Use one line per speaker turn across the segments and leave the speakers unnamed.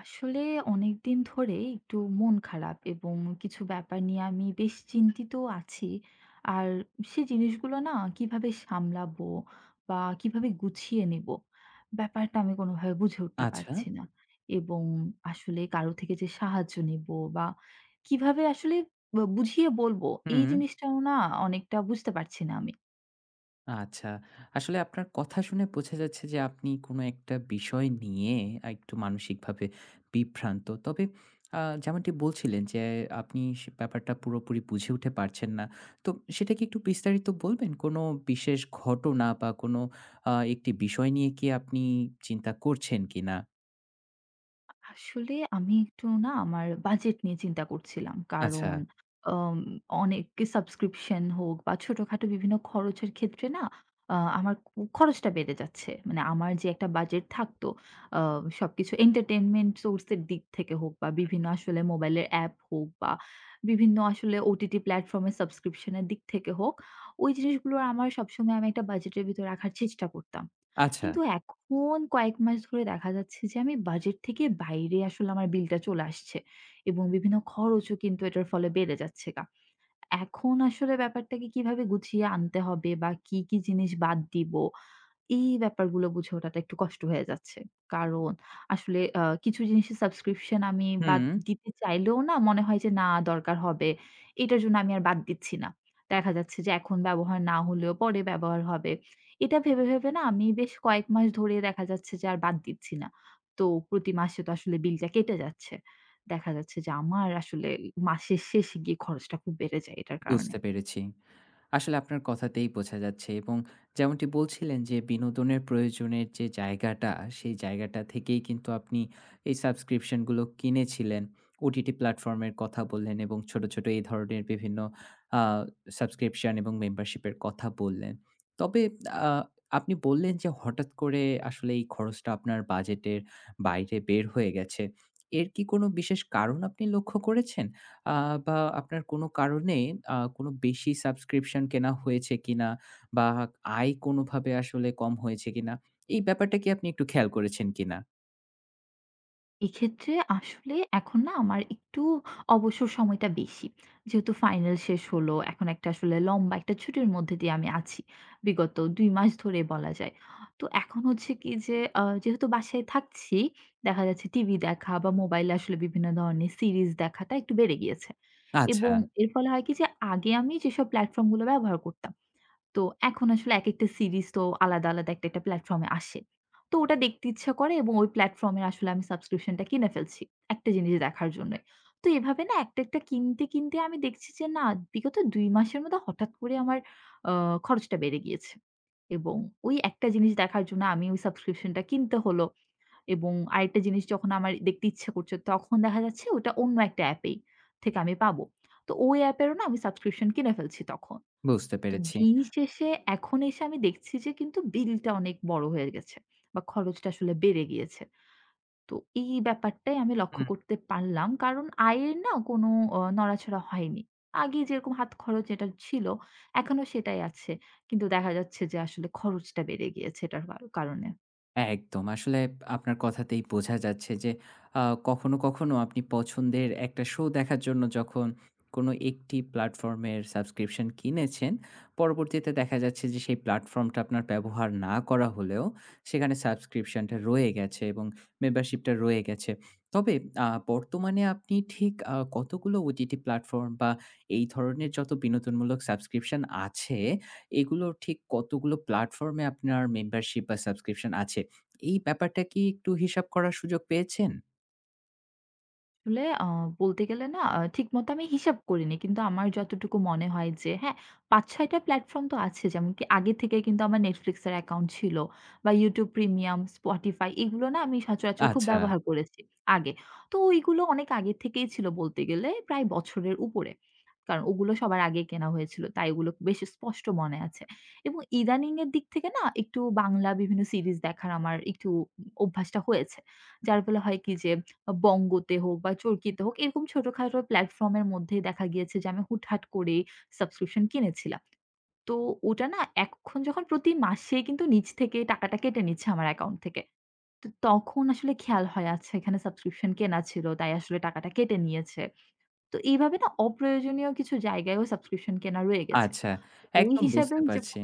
আসলে অনেকদিন ধরেই একটু মন খারাপ, এবং কিছু ব্যাপার নিয়ে আমি বেশ চিন্তিত আছি। আর সে জিনিসগুলো না কিভাবে সামলাবো বা কিভাবে গুছিয়ে নেব, ব্যাপারটা আমি কোনোভাবে বুঝে উঠতে
আচ্ছা।
পারছি না। এবং আসলে কারো থেকে যে সাহায্য নেব বা কিভাবে আসলে বুঝিয়ে বলবো, এই
হুম,
জিনিসটাও না অনেকটা বুঝতে পারছি না আমি।
আচ্ছা। আসলে আপনার কথা শুনে বোঝা যাচ্ছে যে আপনি কোনো একটা বিষয় নিয়ে একটু মানসিকভাবে বিভ্রান্ত। তবে আ যেমনটি বলছিলেন যে আপনি সে ব্যাপারটা পুরোপুরি বুঝে উঠে পারছেন না। তো সেটা কি একটু বিস্তারিত বলবেন? কোনো বিশেষ ঘটনা বা কোনো একটি বিষয় নিয়ে কি আপনি চিন্তা করছেন কিনা?
আসলে আমি একটু না আমার বাজেট নিয়ে চিন্তা করছিলাম।
আচ্ছা,
কারণ আম অনেক সাবস্ক্রিপশন হোক বা ছোটখাটো বিভিন্ন খরচের ক্ষেত্রে না আমার খরচটা বেড়ে যাচ্ছে। মানে আমার যে একটা বাজেট থাকতো, আ সবকিছু এন্টারটেইনমেন্ট সোর্স এর দিক থেকে হোক বা বিভিন্ন আসলে মোবাইলের অ্যাপ হোক বা বিভিন্ন আসলে ওটিটি প্লাটফর্ম এর সাবস্ক্রিপশন এর দিক থেকে হোক, ওই জিনিসগুলো আমার সবসময় আমি একটা বাজেটের ভিতর রাখার চেষ্টা করতাম।
আচ্ছা।
কিন্তু এখন কয়েক মাস ধরে দেখা যাচ্ছে যে আমি বাজেট থেকে বাইরে আসলে আমার বিলটা চলে আসছে, এবং বিভিন্ন খরচও কিন্তু এটার ফলে বেড়ে যাচ্ছে গা। এখন আসলে ব্যাপারটাকে কিভাবে গুছিয়ে আনতে হবে বা কি, কি জিনিস বাদ দিব, এই ব্যাপারগুলো বুঝে ওঠাটা একটু কষ্ট হয়ে যাচ্ছে। কারণ আসলে কিছু জিনিসের সাবস্ক্রিপশন আমি বাদ
হুম,
দিতে চাইলেও না মনে হয় যে, না দরকার হবে। এটার জন্য আমি আর বাদ দিচ্ছি না। দেখা যাচ্ছে যে এখন ব্যবহার না হলেও পরে ব্যবহার হবে। এটা ভেবে, ভেবে না আমি বেশ কয়েক মাস ধরে দেখা যাচ্ছে যে আর বাদ দিচ্ছি না। তো প্রতি মাসে তো আসলে বিলটা কেটে যাচ্ছে। দেখা যাচ্ছে যে আমার আসলে মাসের শেষে গিয়ে খরচটা খুব বেড়ে যায় এটার কারণে।
বুঝতে পেরেছি। আসলে আপনার কথাতেই বোঝা যাচ্ছে এবং যেমনটি বলছিলেন যে বিনোদনের প্রয়োজনের যে জায়গাটা, সেই জায়গাটা থেকেই কিন্তু আপনি এই সাবস্ক্রিপশনগুলো কিনেছিলেন। ওটিটি প্ল্যাটফর্মের কথা বললেন এবং ছোট, ছোট এই ধরনের বিভিন্ন আ সাবস্ক্রিপশন এবং মেম্বারশিপের কথা বললেন। তবে আ আপনি বললেন যে হঠাৎ করে আসলে এই খরচটা আপনার বাজেটের বাইরে বের হয়ে গেছে। এর কি কোনো বিশেষ কারণ আপনি লক্ষ্য করেছেন? আ বা আপনার কোনো কারণে কোনো বেশি সাবস্ক্রিপশন কেনা হয়েছে কিনা? বা আয় কোনোভাবে আসলে কম হয়েছে কিনা? এই ব্যাপারটা কি আপনি একটু খেয়াল করেছেন কিনা?
এক্ষেত্রে আসলে এখন না আমার একটু অবসর সময়টা বেশি। যেহেতু ফাইনাল শেষ হলো, এখন একটা আসলে লম্বা একটা ছুটির মধ্যে দিয়ে আমি আছি। বিগত ২ মাস ধরে বলা যায়। তো এখন হচ্ছে কি যে যেহেতু বাসায় থাকছি, দেখা যাচ্ছে টিভি দেখা বা মোবাইলে আসলে বিভিন্ন ধরনের সিরিজ দেখাটা একটু বেড়ে গিয়েছে।
আচ্ছা,
এবং এর ফলে হয় কি যে আগে আমি যেসব প্ল্যাটফর্ম গুলো ব্যবহার করতাম, তো এখন আসলে একেকটা সিরিজ তো আলাদা, আলাদা একটা, একটা প্ল্যাটফর্মে আসে। তো ওটা দেখতে ইচ্ছা করে, এবং ওই প্ল্যাটফর্মের আসলে আমি সাবস্ক্রিপশনটা কিনে ফেলছি, একটা জিনিস দেখার জন্যই। তো এভাবে না একটা, একটা কিনতে, কিনতে আমি দেখছি যে না বিগত ২ মাসের মধ্যে হঠাৎ করে আমার আ খরচটা বেড়ে গিয়েছে। এবং ওই একটা জিনিস দেখার জন্য আমি ওই সাবস্ক্রিপশনটা কিনতে হলো, এবং আরেকটা জিনিস যখন আমার দেখতে ইচ্ছা করছে তখন দেখা যাচ্ছে ওটা অন্য একটা অ্যাপেই থেকে আমি পাবো। তো ওই অ্যাপেরও না আমি সাবস্ক্রিপশন কিনে ফেলছি তখন।
বুঝতে
তো
পেরেছি।
দিন শেষে এখন এসে আমি দেখছি যে কিন্তু বিলটা অনেক বড় হয়ে গেছে বা খরচটা আসলে বেড়ে গিয়েছে। তো এই ব্যাপারটাই আমি
হু।
লক্ষ্য করতে পারলাম। কারণ আয়ের না কোনো নড়াচড়া হয়নি। আগে যেরকম হাত খরচ এটা ছিল, এখনো সেটাই আছে। কিন্তু দেখা যাচ্ছে যে আসলে খরচটা বেড়ে গিয়েছে এটার কারণে।
একদম। আসলে আপনার কথাতেই বোঝা যাচ্ছে যে আ কখনো, কখনো আপনি পছন্দের একটা শো দেখার জন্য যখন কোনো একটি প্ল্যাটফর্মের সাবস্ক্রিপশন কিনেছেন, পরবর্তীতে দেখা যাচ্ছে যে সেই প্ল্যাটফর্মটা আপনার ব্যবহার না করা হলেও সেখানে সাবস্ক্রিপশনটা রয়ে গেছে এবং মেম্বারশিপটা রয়ে গেছে। তবে বর্তমানে আপনি ঠিক কতগুলো ওটিটি প্ল্যাটফর্ম বা এই ধরনের যত বিনোদনমূলক সাবস্ক্রিপশন আছে, এগুলোর ঠিক কতগুলো প্ল্যাটফর্মে আপনার মেম্বারশিপ বা সাবস্ক্রিপশন আছে? এই ব্যাপারটা কি একটু হিসাব করার সুযোগ পেয়েছেন?
আসলে বলতে গেলে না ঠিকমতো আমি হিসাব করিনি। কিন্তু আমার যতটুকু মনে হয় যে হ্যাঁ, ৫-৬ টা প্ল্যাটফর্ম তো আছে। যেমন কি আগে থেকে কিন্তু আমার Netflix এর অ্যাকাউন্ট ছিল বা YouTube Premium, Spotify এগুলো না আমি সচরাচর খুব
আচ্ছা,
ব্যবহার করেছি আগে। তো ওইগুলো অনেক আগে থেকেই ছিল, বলতে গেলে প্রায় বছরের উপরে। কারণ ওগুলো সবার আগে কেনা হয়েছিল। তাই ওগুলো বেশ স্পষ্ট মনে আছে। এবং ইদানিং এর দিক থেকে না একটু বাংলা বিভিন্ন সিরিজ দেখার আমার একটু অভ্যাসটা হয়েছে। যার ফলে হয় কি যে বঙ্গতে হোক বা চরকিতে হোক এরকম ছোটখাটো প্লাটফর্ম এর মধ্যেই দেখা গিয়েছে যে আমি হুটহাট করে সাবস্ক্রিপশন কিনেছিলাম। তো ওটা না এখন যখন প্রতি মাসে কিন্তু নিজ থেকে টাকাটা কেটে নিচ্ছে আমার অ্যাকাউন্ট থেকে। তো তখন আসলে খেয়াল হয় আচ্ছা এখানে সাবস্ক্রিপশন কেনা ছিল তাই আসলে টাকাটা কেটে নিয়েছে। তো এইভাবে না অপ্রয়োজনীয় কিছু জায়গায়ও সাবস্ক্রিপশন কেনা রয়ে গেছে।
আচ্ছা।
ওই
একদম
হিসাবে
বুঝতে
যে
পারছি।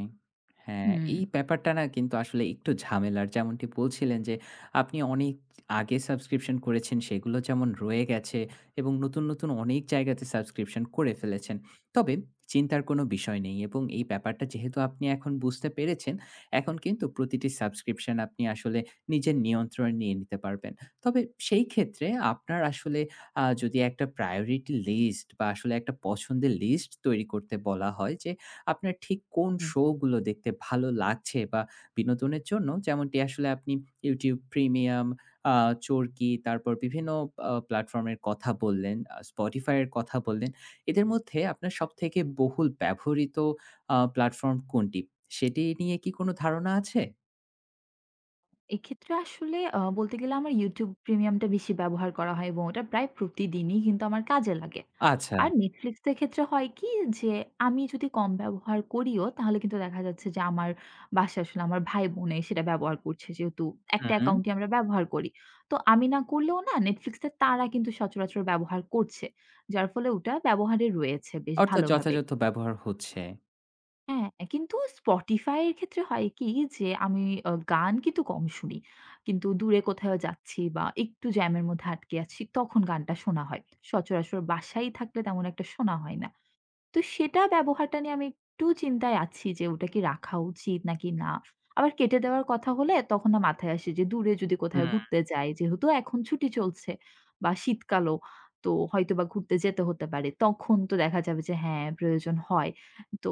হ্যাঁ,
হুম,
এই ব্যাপারটা না কিন্তু আসলে একটু ঝামেলার। যেমনটি বলছিলেন যে, আপনি অনেক আগে সাবস্ক্রিপশন করেছেন, সেগুলো যেমন রয়ে গেছে এবং নতুন, নতুন অনেক জায়গাতে সাবস্ক্রিপশন করে ফেলেছেন। তবে চিন্তার কোনো বিষয় নেই এবং এই ব্যাপারটা যেহেতু আপনি এখন বুঝতে পেরেছেন, এখন কিন্তু প্রতিটি সাবস্ক্রিপশন আপনি আসলে নিজের নিয়ন্ত্রণে নিয়ে নিতে পারবেন। তবে সেই ক্ষেত্রে আপনার আসলে যদি একটা priority list বা আসলে একটা পছন্দের লিস্ট তৈরি করতে বলা হয় যে, আপনার ঠিক কোন
হুম।
শো গুলো দেখতে ভালো লাগছে বা বিনোদনের জন্য যেমনটি আসলে আপনি YouTube Premium, আ চরকি তারপর বিভিন্ন প্ল্যাটফর্মের কথা বললেন, Spotify এর কথা বললেন। এদের মধ্যে আপনার সবথেকে বহুল ব্যবহৃত প্ল্যাটফর্ম কোনটি? সেটি নিয়ে কি কোনো ধারণা আছে?
এক্ষেত্রে আসলে বলতে গেলে আমার YouTube Premium টা বেশি ব্যবহার করা হয়, এবং ওটা প্রায় প্রতিদিনই কিন্তু আমার কাজে লাগে।
আচ্ছা।
আর Netflix এর ক্ষেত্রে হয় কি যে, আমি যদি কম ব্যবহার করিও তাহলে কিন্তু দেখা যাচ্ছে যে আমার বাসায় আসলে আমার ভাই-বোনে সেটা ব্যবহার করছে। যেহেতু একটা
হুম,
অ্যাকাউন্টই আমরা ব্যবহার করি। তো আমি না করলেও না Netflix টা তারা কিন্তু সচরাচর ব্যবহার করছে। যার ফলে ওটা ব্যবহারে রয়েছে বেশ
অর্থাৎ
ভালোভাবে।
যথাযথ ব্যবহার হচ্ছে।
হ্যাঁ, কিন্তু Spotify এর ক্ষেত্রে হয় কি যে আমি গান কিন্তু কম শুনি। কিন্তু দূরে কোথাও যাচ্ছি বা একটু জ্যামের মধ্যে আটকে আছি তখন গানটা শোনা হয়। সচরাচর বাসায় থাকলে তেমন একটা শোনা হয় না। তো সেটা ব্যবহারটা নিয়ে আমি একটু চিন্তায় আছি যে ওটা কি রাখা উচিত নাকি না? আবার কেটে দেওয়ার কথা হলে তখন না মাথায় আসে যে দূরে যদি কোথাও
হুম,
ঘুরতে যাই, যেহেতু এখন ছুটি চলছে বা শীতকালও, তো হয়তোবা ঘুরতে যেতে হতে পারে। তখন তো দেখা যাবে যে হ্যাঁ, প্রয়োজন হয়। তো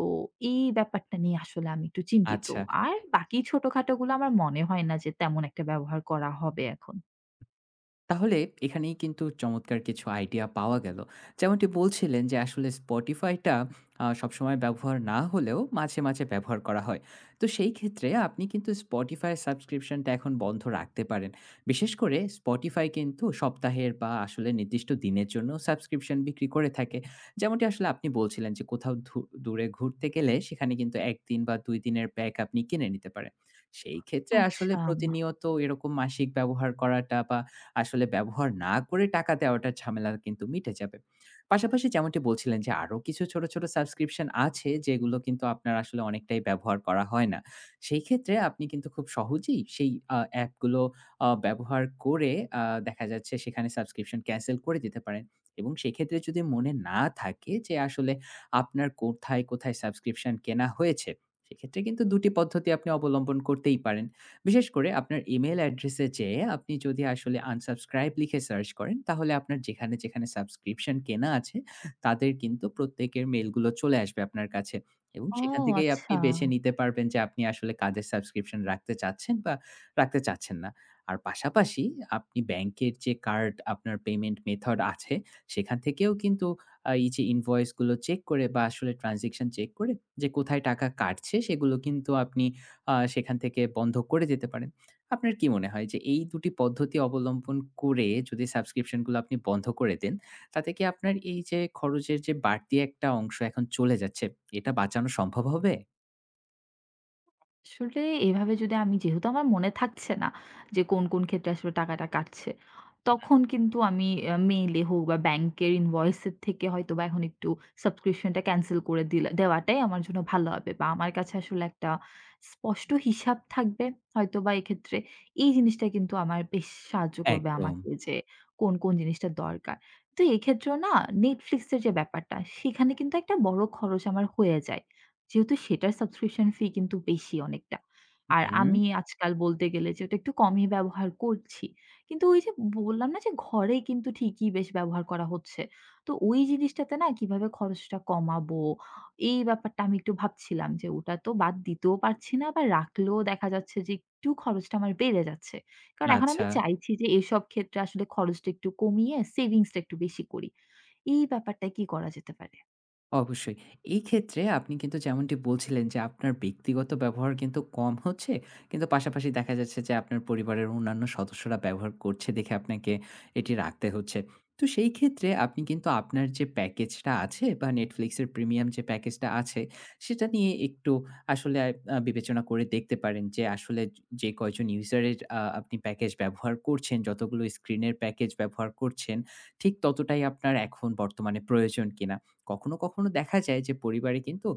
এই ব্যাপারটা নিয়ে আসলে আমি একটু চিন্তিত।
আচ্ছা।
আর বাকি ছোটখাটোগুলো আমার মনে হয় না যে তেমন একটা ব্যবহার করা হবে এখন।
তাহলে এখানেই কিন্তু চমৎকার কিছু আইডিয়া পাওয়া গেল। যেমনটি বলছিলেন যে আসলে Spotify টা সবসময় ব্যবহার না হলেও মাঝে, মাঝে ব্যবহার করা হয়। তো সেই ক্ষেত্রে আপনি কিন্তু Spotify সাবস্ক্রিপশন টা এখন বন্ধ রাখতে পারেন। বিশেষ করে Spotify কিন্তু সপ্তাহের বা আসলে নির্দিষ্ট দিনের জন্য সাবস্ক্রিপশন বিক্রি করে থাকে। যেমনটি আসলে আপনি বলছিলেন যে কোথাও দূরে ঘুরতে গেলে সেখানে কিন্তু ১ দিন বা ২ দিনের প্যাক আপনি কিনে নিতে পারেন। সেই ক্ষেত্রে আসলে
আচ্ছা।
প্রতিনিয়ত এরকম মাসিক ব্যবহার করাটা বা আসলে ব্যবহার না করে টাকা দেওয়াটার ঝামেলা কিন্তু মিটে যাবে। পাশাপাশি যেমনটি বলছিলেন যে আরো কিছু ছোট, ছোট সাবস্ক্রিপশন আছে যেগুলো কিন্তু আপনার আসলে অনেকটাই ব্যবহার করা হয় না। সেই ক্ষেত্রে আপনি কিন্তু খুব সহজেই সেই অ্যাপগুলো ব্যবহার করে আ দেখা যাচ্ছে সেখানে সাবস্ক্রিপশন ক্যানসেল করে দিতে পারেন এবং সেক্ষেত্রে যদি মনে না থাকে যে আসলে আপনার কোথায়, কোথায় সাবস্ক্রিপশন কেনা হয়েছে, সেক্ষেত্রে কিন্তু ২ টি পদ্ধতি আপনি অবলম্বন করতেই পারেন। বিশেষ করে আপনার ইমেইল অ্যাড্রেসে যেয়ে আপনি যদি আসলে আনসাবস্ক্রাইব লিখে সার্চ করেন তাহলে আপনার যেখানে যেখানে সাবস্ক্রিপশন কেনা আছে তাদের কিন্তু প্রত্যেকের মেলগুলো চলে আসবে আপনার কাছে এবং
ও
সেখান থেকেই আপনি
আচ্ছা।
বেছে নিতে পারবেন যে আপনি আসলে কাদের সাবস্ক্রিপশন রাখতে চাচ্ছেন বা রাখতে চাচ্ছেন না। আর পাশাপাশি আপনি ব্যাংকের যে কার্ড আপনার পেমেন্ট মেথড আছে সেখান থেকেও কিন্তু এই যে ইনভয়েসগুলো চেক করে বা আসলে ট্রানজেকশন চেক করে যে কোথায় টাকা কাটছে সেগুলো কিন্তু আপনি সেখান থেকে বন্ধ করে যেতে পারেন। আপনার কি মনে হয় যে এই ২ টি পদ্ধতি অবলম্বন করে যদি সাবস্ক্রিপশন গুলো আপনি বন্ধ করে দেন, তাতে কি আপনার এই যে খরচের যে বাড়তি একটা অংশ এখন চলে যাচ্ছে, এটা বাঁচানো সম্ভব হবে?
আসলে এভাবে যদি আমি, যেহেতু আমার মনে থাকছে না যে কোন, কোন ক্ষেত্রে আসলে টাকাটা কাটছে। তখন কিন্তু আমি মেইলে হোক বা ব্যাংকের ইনভয়েসের থেকে হয়তোবা এখন একটু সাবস্ক্রিপশনটা ক্যানসেল করে দিলে দেওয়াটাই আমার জন্য ভালো হবে। বা আমার কাছে আসলে একটা স্পষ্ট হিসাব থাকবে। হয়তোবা এক্ষেত্রে এই জিনিসটা কিন্তু আমার বেশ সাহায্য করবে
একদম।
আমাকে যে কোন, কোন জিনিসটা দরকার। তো এক্ষেত্রেও না Netflix এর যে ব্যাপারটা সেখানে কিন্তু একটা বড় খরচ আমার হয়ে যায়। যেহেতু সেটার সাবস্ক্রিপশন ফি কিন্তু বেশি অনেকটা। আর
হুম,
আমি আজকাল বলতে গেলে যে ওটা একটু কমই ব্যবহার করছি। কিন্তু ওই যে বললাম না যে ঘরে কিন্তু ঠিকই বেশ ব্যবহার করা হচ্ছে। তো ওই জিনিসটাতে না কিভাবে খরচটা কমাবো? এই ব্যাপারটা আমি একটু ভাবছিলাম যে ওটা তো বাদ দিতেও পারছি না, আবার রাখলেও দেখা যাচ্ছে যে একটু খরচটা আমার বেড়ে যাচ্ছে। কারণ এখন
আচ্ছা।
আমি চাইছি যে এসব ক্ষেত্রে আসলে খরচটা একটু কমিয়ে সেভিংসটা একটু বেশি করি। এই ব্যাপারটা কি করা যেতে পারে?
অবশ্যই। এই ক্ষেত্রে আপনি কিন্তু যেমনটি বলছিলেন যে, আপনার ব্যক্তিগত ব্যবহার কিন্তু কম হচ্ছে। কিন্তু পাশাপাশি দেখা যাচ্ছে যে, আপনার পরিবারের অন্যান্য সদস্যরা ব্যবহার করছে দেখে আপনাকে এটি রাখতে হচ্ছে। তো সেই ক্ষেত্রে আপনি কিন্তু আপনার যে প্যাকেজটা আছে বা Netflix এর প্রিমিয়াম যে প্যাকেজটা আছে, সেটা নিয়ে একটু আসলে বিবেচনা করে দেখতে পারেন যে, আসলে যে কয়জন ইউজারের আপনি প্যাকেজ ব্যবহার করছেন, যতগুলো স্ক্রিনের প্যাকেজ ব্যবহার করছেন, ঠিক ততটাই আপনার এখন বর্তমানে প্রয়োজন কিনা? কখনো, কখনো দেখা যায় যে পরিবারে কিন্তু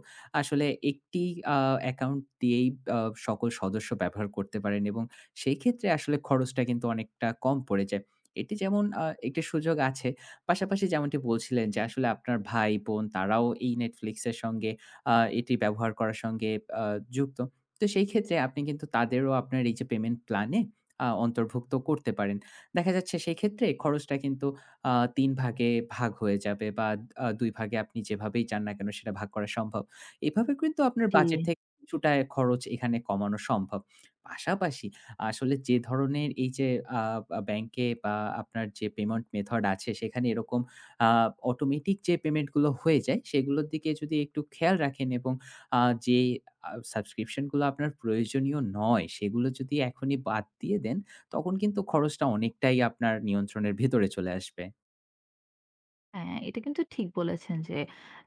আসলে একটি আ অ্যাকাউন্ট দিয়েই আ সকল সদস্য ব্যবহার করতে পারেন এবং সেই ক্ষেত্রে আসলে খরচটা কিন্তু অনেকটা কম পড়ে যায়। এটি যেমন একটি সুযোগ আছে, পাশাপাশি যেমনটি বলছিলেন যে আসলে আপনার ভাই-বোন তারাও এই Netflix এর সঙ্গে আ এটি ব্যবহার করার সঙ্গে আ যুক্ত। তো সেই ক্ষেত্রে আপনি কিন্তু তাদেরও আপনার এই যে পেমেন্ট প্ল্যান এ অন্তর্ভুক্ত করতে পারেন। দেখা যাচ্ছে সেই ক্ষেত্রে খরচটা কিন্তু আ ৩ ভাগে ভাগ হয়ে যাবে বা ২ ভাগে আপনি যেভাবেই চান না কেন সেটা ভাগ করা সম্ভব। এভাবে কিন্তু আপনার
জি।
বাজেট থেকে কিছুটা খরচ এখানে কমানো সম্ভব। পাশাপাশি আসলে যে ধরনের এই যে আ আ ব্যাংকে বা আপনার যে পেমেন্ট মেথড আছে সেখানে এরকম আ অটোমেটিক যে পেমেন্টগুলো হয়ে যায় সেগুলোর দিকে যদি একটু খেয়াল রাখেন এবং আ যে সাবস্ক্রিপশন গুলো আপনার প্রয়োজনীয় নয় সেগুলো যদি এখনই বাদ দিয়ে দেন তখন কিন্তু খরচটা অনেকটাই আপনার নিয়ন্ত্রণের ভেতরে চলে আসবে।
হ্যাঁ, এটা কিন্তু ঠিক বলেছেন যে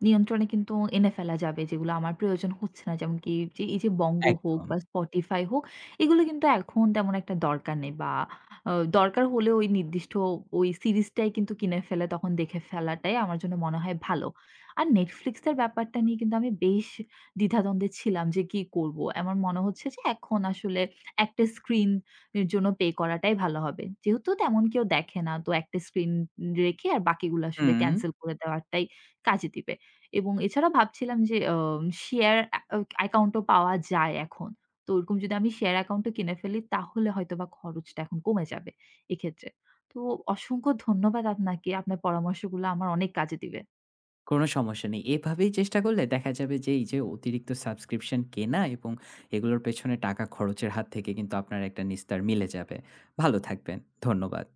নিয়ন্ত্রণে কিন্তু এনে ফেলা যাবে যেগুলো আমার প্রয়োজন হচ্ছে না। যেমন কি যে এই যে বঙ্গ হোক
একদম।
বা Spotify হোক, এগুলো কিন্তু এখন তেমন একটা দরকার নেই বা আ দরকার হলে ওই নির্দিষ্ট ওই সিরিজটাই কিন্তু কিনে ফেলে তখন দেখে ফেলাটাই আমার জন্য মনে হয় ভালো। আর Netflix এর ব্যাপারটা নিয়ে কিন্তু আমি বেশ দ্বিধাদ্বন্দ্বে ছিলাম যে কি করব? আমার মনে হচ্ছে যে এখন আসলে একটা স্ক্রিন এর জন্য পে করাটাই ভালো হবে। যেহেতু তেমন কেউ দেখে না, তো একটা স্ক্রিন রেখে আর বাকিগুলো আসলে
হুম,
ক্যানসেল করে দেওয়াটাই কাজে দিবে। এবং এছাড়া ভাবছিলাম যে শেয়ার অ্যাকাউন্টও পাওয়া যায় এখন। তো ওরকম যদি আমি শেয়ার অ্যাকাউন্টও কিনে ফেলি তাহলে হয়তোবা খরচটা এখন কমে যাবে এক্ষেত্রে। তো অসংখ্য ধন্যবাদ আপনাকে। আপনার পরামর্শগুলো আমার অনেক কাজে দিবে।
কোনো সমস্যা নেই। এভাবেই চেষ্টা করলে দেখা যাবে যে এই যে অতিরিক্ত সাবস্ক্রিপশন কেনা এবং এগুলোর পেছনে টাকা খরচের হাত থেকে কিন্তু আপনার একটা নিস্তার মিলে যাবে। ভালো থাকবেন। ধন্যবাদ।